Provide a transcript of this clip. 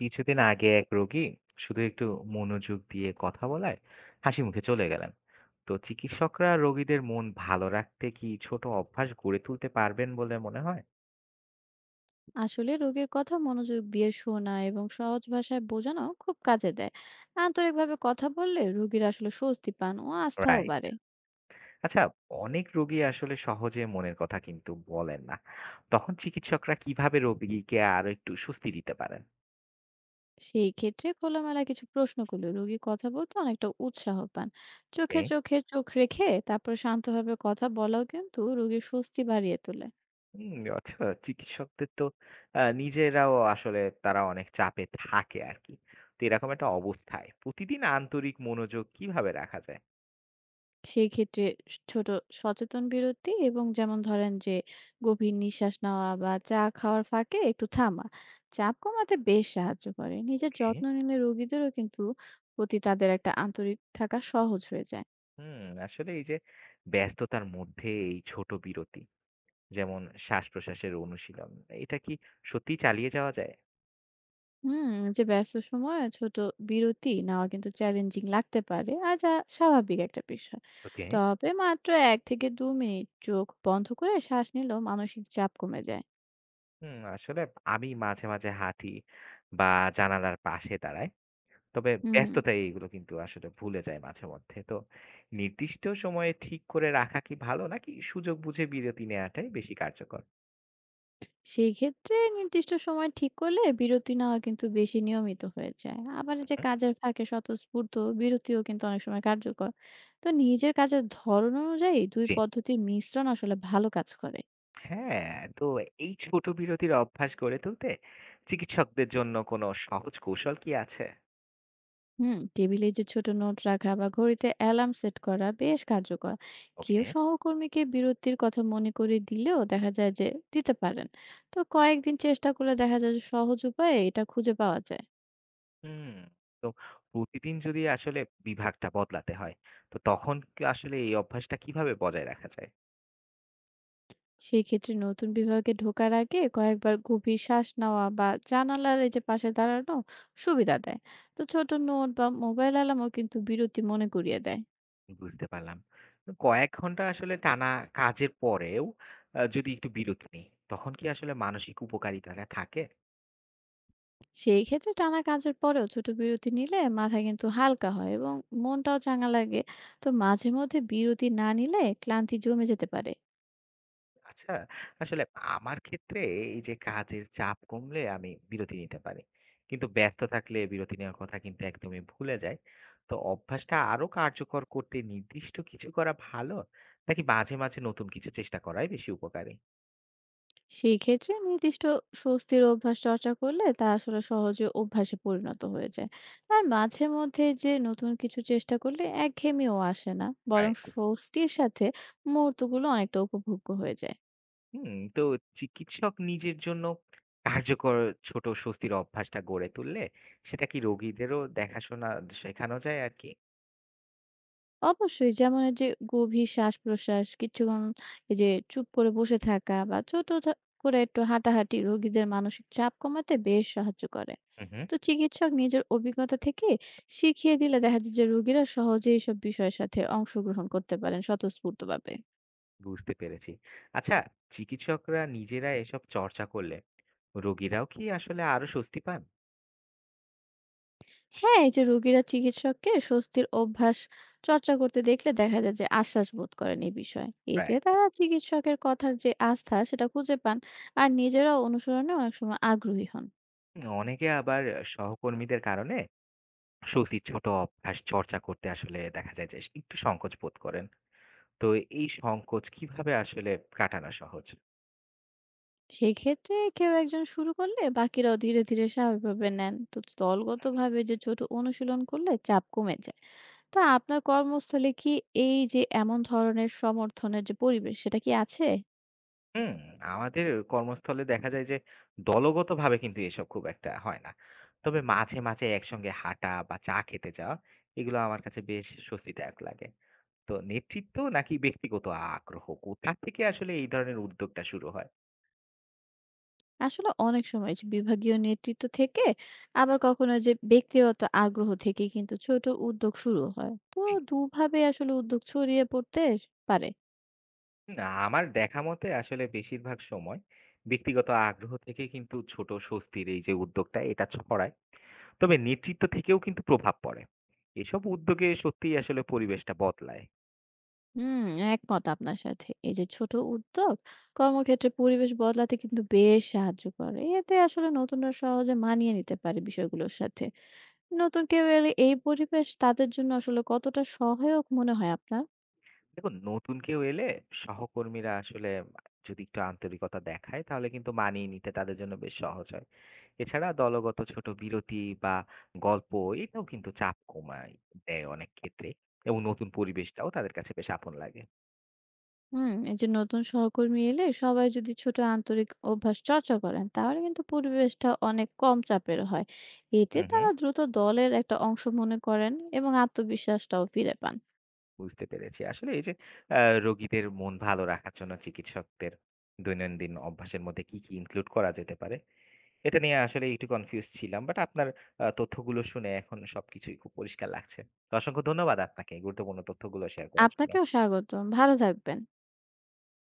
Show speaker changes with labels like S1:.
S1: কিছুদিন আগে এক রোগী শুধু একটু মনোযোগ দিয়ে কথা বলায় হাসি মুখে চলে গেলেন। তো চিকিৎসকরা রোগীদের মন ভালো রাখতে কি ছোট অভ্যাস গড়ে তুলতে পারবেন বলে মনে হয়?
S2: আসলে রোগীর কথা মনোযোগ দিয়ে শোনা এবং সহজ ভাষায় বোঝানো খুব কাজে দেয়। আন্তরিকভাবে কথা বললে রোগীর আসলে স্বস্তি পান ও আস্থাও
S1: রাইট।
S2: বাড়ে।
S1: আচ্ছা, অনেক রোগী আসলে সহজে মনের কথা কিন্তু বলেন না। তখন চিকিৎসকরা কিভাবে রোগীকে আরো একটু স্বস্তি দিতে পারেন?
S2: সেই ক্ষেত্রে খোলামেলা কিছু প্রশ্ন করলে রোগী কথা বলতে অনেকটা উৎসাহ পান। চোখে
S1: ওকে।
S2: চোখে চোখ রেখে তারপর শান্তভাবে কথা বলাও কিন্তু রোগীর স্বস্তি বাড়িয়ে তোলে।
S1: হুম, আচ্ছা। চিকিৎসকদের তো নিজেরাও আসলে তারা অনেক চাপে থাকে আর কি। তো এরকম একটা অবস্থায় প্রতিদিন আন্তরিক মনোযোগ কিভাবে রাখা যায়?
S2: সেই ক্ষেত্রে ছোট সচেতন বিরতি এবং যেমন ধরেন যে গভীর নিঃশ্বাস নেওয়া বা চা খাওয়ার ফাঁকে একটু থামা। চাপ কমাতে বেশ সাহায্য করে। নিজের
S1: ওকে।
S2: যত্ন নিলে রোগীদেরও কিন্তু প্রতি তাদের একটা আন্তরিক থাকা সহজ হয়ে যায়।
S1: হুম, আসলে এই যে ব্যস্ততার মধ্যে এই ছোট বিরতি, যেমন শ্বাস-প্রশ্বাসের অনুশীলন, এটা কি সত্যিই চালিয়ে যাওয়া যায়?
S2: হুম, যে ব্যস্ত সময়ে ছোট বিরতি নেওয়া কিন্তু চ্যালেঞ্জিং লাগতে পারে। আর যা স্বাভাবিক একটা বিষয়।
S1: ওকে।
S2: তবে মাত্র ১ থেকে ২ মিনিট চোখ বন্ধ করে শ্বাস নিলেও মানসিক চাপ কমে যায়।
S1: আসলে আমি মাঝে মাঝে হাঁটি বা জানালার পাশে দাঁড়াই, তবে
S2: হুম।
S1: ব্যস্ততায় এগুলো কিন্তু আসলে ভুলে যায় মাঝে মধ্যে। তো নির্দিষ্ট সময়ে ঠিক করে রাখা কি ভালো নাকি সুযোগ বুঝে বিরতি নেওয়াটাই বেশি কার্যকর?
S2: সেই ক্ষেত্রে নির্দিষ্ট সময় ঠিক করলে বিরতি নেওয়া কিন্তু বেশি নিয়মিত হয়ে যায়। আবার এই
S1: হুম,
S2: যে
S1: হুম।
S2: কাজের ফাঁকে স্বতঃস্ফূর্ত বিরতিও কিন্তু অনেক সময় কার্যকর। তো নিজের কাজের ধরন অনুযায়ী ২ পদ্ধতির মিশ্রণ আসলে ভালো কাজ করে।
S1: হ্যাঁ, তো এই ছোট বিরতির অভ্যাস গড়ে তুলতে চিকিৎসকদের জন্য কোনো সহজ কৌশল কি আছে?
S2: হুম, টেবিলে যে ছোট নোট রাখা বা ঘড়িতে অ্যালার্ম সেট করা বেশ কার্যকর। কেউ
S1: ওকে।
S2: সহকর্মীকে বিরতির কথা মনে করিয়ে দিলেও দেখা যায় যে দিতে পারেন। তো কয়েকদিন চেষ্টা করলে দেখা যায় যে সহজ উপায়ে এটা খুঁজে পাওয়া যায়।
S1: হুম, তো প্রতিদিন যদি আসলে বিভাগটা বদলাতে হয়, তো তখন কি আসলে এই অভ্যাসটা কিভাবে বজায় রাখা যায়?
S2: সেই ক্ষেত্রে নতুন বিভাগে ঢোকার আগে কয়েকবার গভীর শ্বাস নেওয়া বা জানালার এই যে পাশে দাঁড়ানো সুবিধা দেয়। তো ছোট নোট বা মোবাইল অ্যালার্মও কিন্তু বিরতি মনে করিয়ে দেয়।
S1: বুঝতে পারলাম। তো কয়েক ঘন্টা আসলে টানা কাজের পরেও যদি একটু বিরতি নিই, তখন কি আসলে মানসিক উপকারিতাটা থাকে?
S2: সেই ক্ষেত্রে টানা কাজের পরেও ছোট বিরতি নিলে মাথা কিন্তু হালকা হয় এবং মনটাও চাঙা লাগে। তো মাঝে মধ্যে বিরতি না নিলে ক্লান্তি জমে যেতে পারে।
S1: আচ্ছা, আসলে আমার ক্ষেত্রে এই যে কাজের চাপ কমলে আমি বিরতি নিতে পারি। কিন্তু ব্যস্ত থাকলে বিরতি নেওয়ার কথা কিন্তু একদমই ভুলে যাই। তো অভ্যাসটা আরো কার্যকর করতে নির্দিষ্ট কিছু করা ভালো নাকি মাঝে, মাঝে নতুন কিছু চেষ্টা করাই বেশি উপকারী?
S2: সেই ক্ষেত্রে নির্দিষ্ট স্বস্তির অভ্যাস চর্চা করলে তা আসলে সহজে অভ্যাসে পরিণত হয়ে যায়। আর মাঝে মধ্যে যে নতুন কিছু চেষ্টা করলে একঘেয়েমিও আসে না, বরং
S1: রাইট।
S2: স্বস্তির সাথে মুহূর্তগুলো অনেকটা উপভোগ্য হয়ে যায়।
S1: তো চিকিৎসক নিজের জন্য কার্যকর ছোট স্বস্তির অভ্যাসটা গড়ে তুললে সেটা কি রোগীদেরও দেখাশোনা শেখানো যায় আর কি?
S2: অবশ্যই, যেমন এই যে গভীর শ্বাস-প্রশ্বাস, কিছুক্ষণ এই যে চুপ করে বসে থাকা বা ছোট করে একটু হাঁটাহাঁটি রোগীদের মানসিক চাপ কমাতে বেশ সাহায্য করে।
S1: হুম, হুম।
S2: তো চিকিৎসক নিজের অভিজ্ঞতা থেকে শিখিয়ে দিলে দেখা যায় যে রোগীরা সহজেই এইসব বিষয়ের সাথে অংশগ্রহণ করতে পারেন স্বতঃস্ফূর্তভাবে।
S1: বুঝতে পেরেছি। আচ্ছা, চিকিৎসকরা নিজেরা এসব চর্চা করলে রোগীরাও কি আসলে আরো স্বস্তি পান?
S2: হ্যাঁ, এই যে রোগীরা চিকিৎসককে স্বস্তির অভ্যাস চর্চা করতে দেখলে দেখা যায় যে আশ্বাস বোধ করেন এই বিষয়ে। এতে
S1: রাইট।
S2: তারা চিকিৎসকের কথার যে আস্থা সেটা খুঁজে পান, আর নিজেরাও অনুসরণে অনেক সময় আগ্রহী হন।
S1: অনেকে আবার সহকর্মীদের কারণে স্বস্তির ছোট অভ্যাস চর্চা করতে আসলে দেখা যায় যে একটু সংকোচ বোধ করেন। তো এই সংকোচ কিভাবে আসলে কাটানো সহজ?
S2: সেক্ষেত্রে কেউ একজন শুরু করলে বাকিরাও ধীরে ধীরে স্বাভাবিকভাবে নেন। তো দলগতভাবে যে ছোট অনুশীলন করলে চাপ কমে যায়, তা আপনার কর্মস্থলে কি এই যে এমন ধরনের সমর্থনের যে পরিবেশ সেটা কি আছে?
S1: হুম, আমাদের কর্মস্থলে দেখা যায় যে দলগতভাবে কিন্তু এসব খুব একটা হয় না। তবে মাঝে, মাঝে একসঙ্গে হাঁটা বা চা খেতে যাওয়া এগুলো আমার কাছে বেশ স্বস্তিদায়ক লাগে। তো নেতৃত্ব নাকি ব্যক্তিগত আগ্রহ? কোথা থেকে আসলে এই ধরনের উদ্যোগটা শুরু হয়?
S2: আসলে অনেক সময় যে বিভাগীয় নেতৃত্ব থেকে, আবার কখনো যে ব্যক্তিগত আগ্রহ থেকে কিন্তু ছোট উদ্যোগ শুরু হয়। তো
S1: জি।
S2: দুভাবে আসলে উদ্যোগ ছড়িয়ে পড়তে পারে।
S1: না, আমার দেখা মতে আসলে বেশিরভাগ সময় ব্যক্তিগত আগ্রহ থেকে কিন্তু ছোট স্বস্তির এই যে উদ্যোগটা এটা ছড়ায়। তবে নেতৃত্ব থেকেও কিন্তু প্রভাব পড়ে। এসব উদ্যোগে সত্যিই আসলে পরিবেশটা বদলায়।
S2: হুম, একমত আপনার সাথে। এই যে ছোট উদ্যোগ কর্মক্ষেত্রে পরিবেশ বদলাতে কিন্তু বেশ সাহায্য করে। এতে আসলে নতুনরা সহজে মানিয়ে নিতে পারে বিষয়গুলোর সাথে। নতুন কেউ এলে এই পরিবেশ তাদের জন্য আসলে কতটা সহায়ক মনে হয় আপনার?
S1: দেখুন, নতুন কেউ এলে সহকর্মীরা আসলে যদি একটু আন্তরিকতা দেখায় তাহলে কিন্তু মানিয়ে নিতে তাদের জন্য বেশ সহজ হয়। এছাড়া দলগত ছোট বিরতি বা গল্প, এটাও কিন্তু চাপ কমায় দেয় অনেক ক্ষেত্রে, এবং নতুন পরিবেশটাও তাদের কাছে বেশ আপন লাগে।
S2: হুম, এই যে নতুন সহকর্মী এলে সবাই যদি ছোট আন্তরিক অভ্যাস চর্চা করেন তাহলে কিন্তু পরিবেশটা অনেক কম চাপের হয়। এতে
S1: হুম হুম।
S2: তারা দ্রুত দলের একটা অংশ মনে করেন এবং আত্মবিশ্বাসটাও ফিরে পান।
S1: বুঝতে পেরেছি, আসলে এই যে রোগীদের মন ভালো রাখার জন্য চিকিৎসকদের দৈনন্দিন অভ্যাসের মধ্যে কি কি ইনক্লুড করা যেতে পারে, এটা নিয়ে আসলে একটু কনফিউজ ছিলাম, বাট আপনার তথ্যগুলো শুনে এখন সবকিছুই খুব পরিষ্কার লাগছে। তো অসংখ্য ধন্যবাদ আপনাকে এই গুরুত্বপূর্ণ তথ্যগুলো শেয়ার করার জন্য।
S2: আপনাকেও স্বাগতম। ভালো থাকবেন।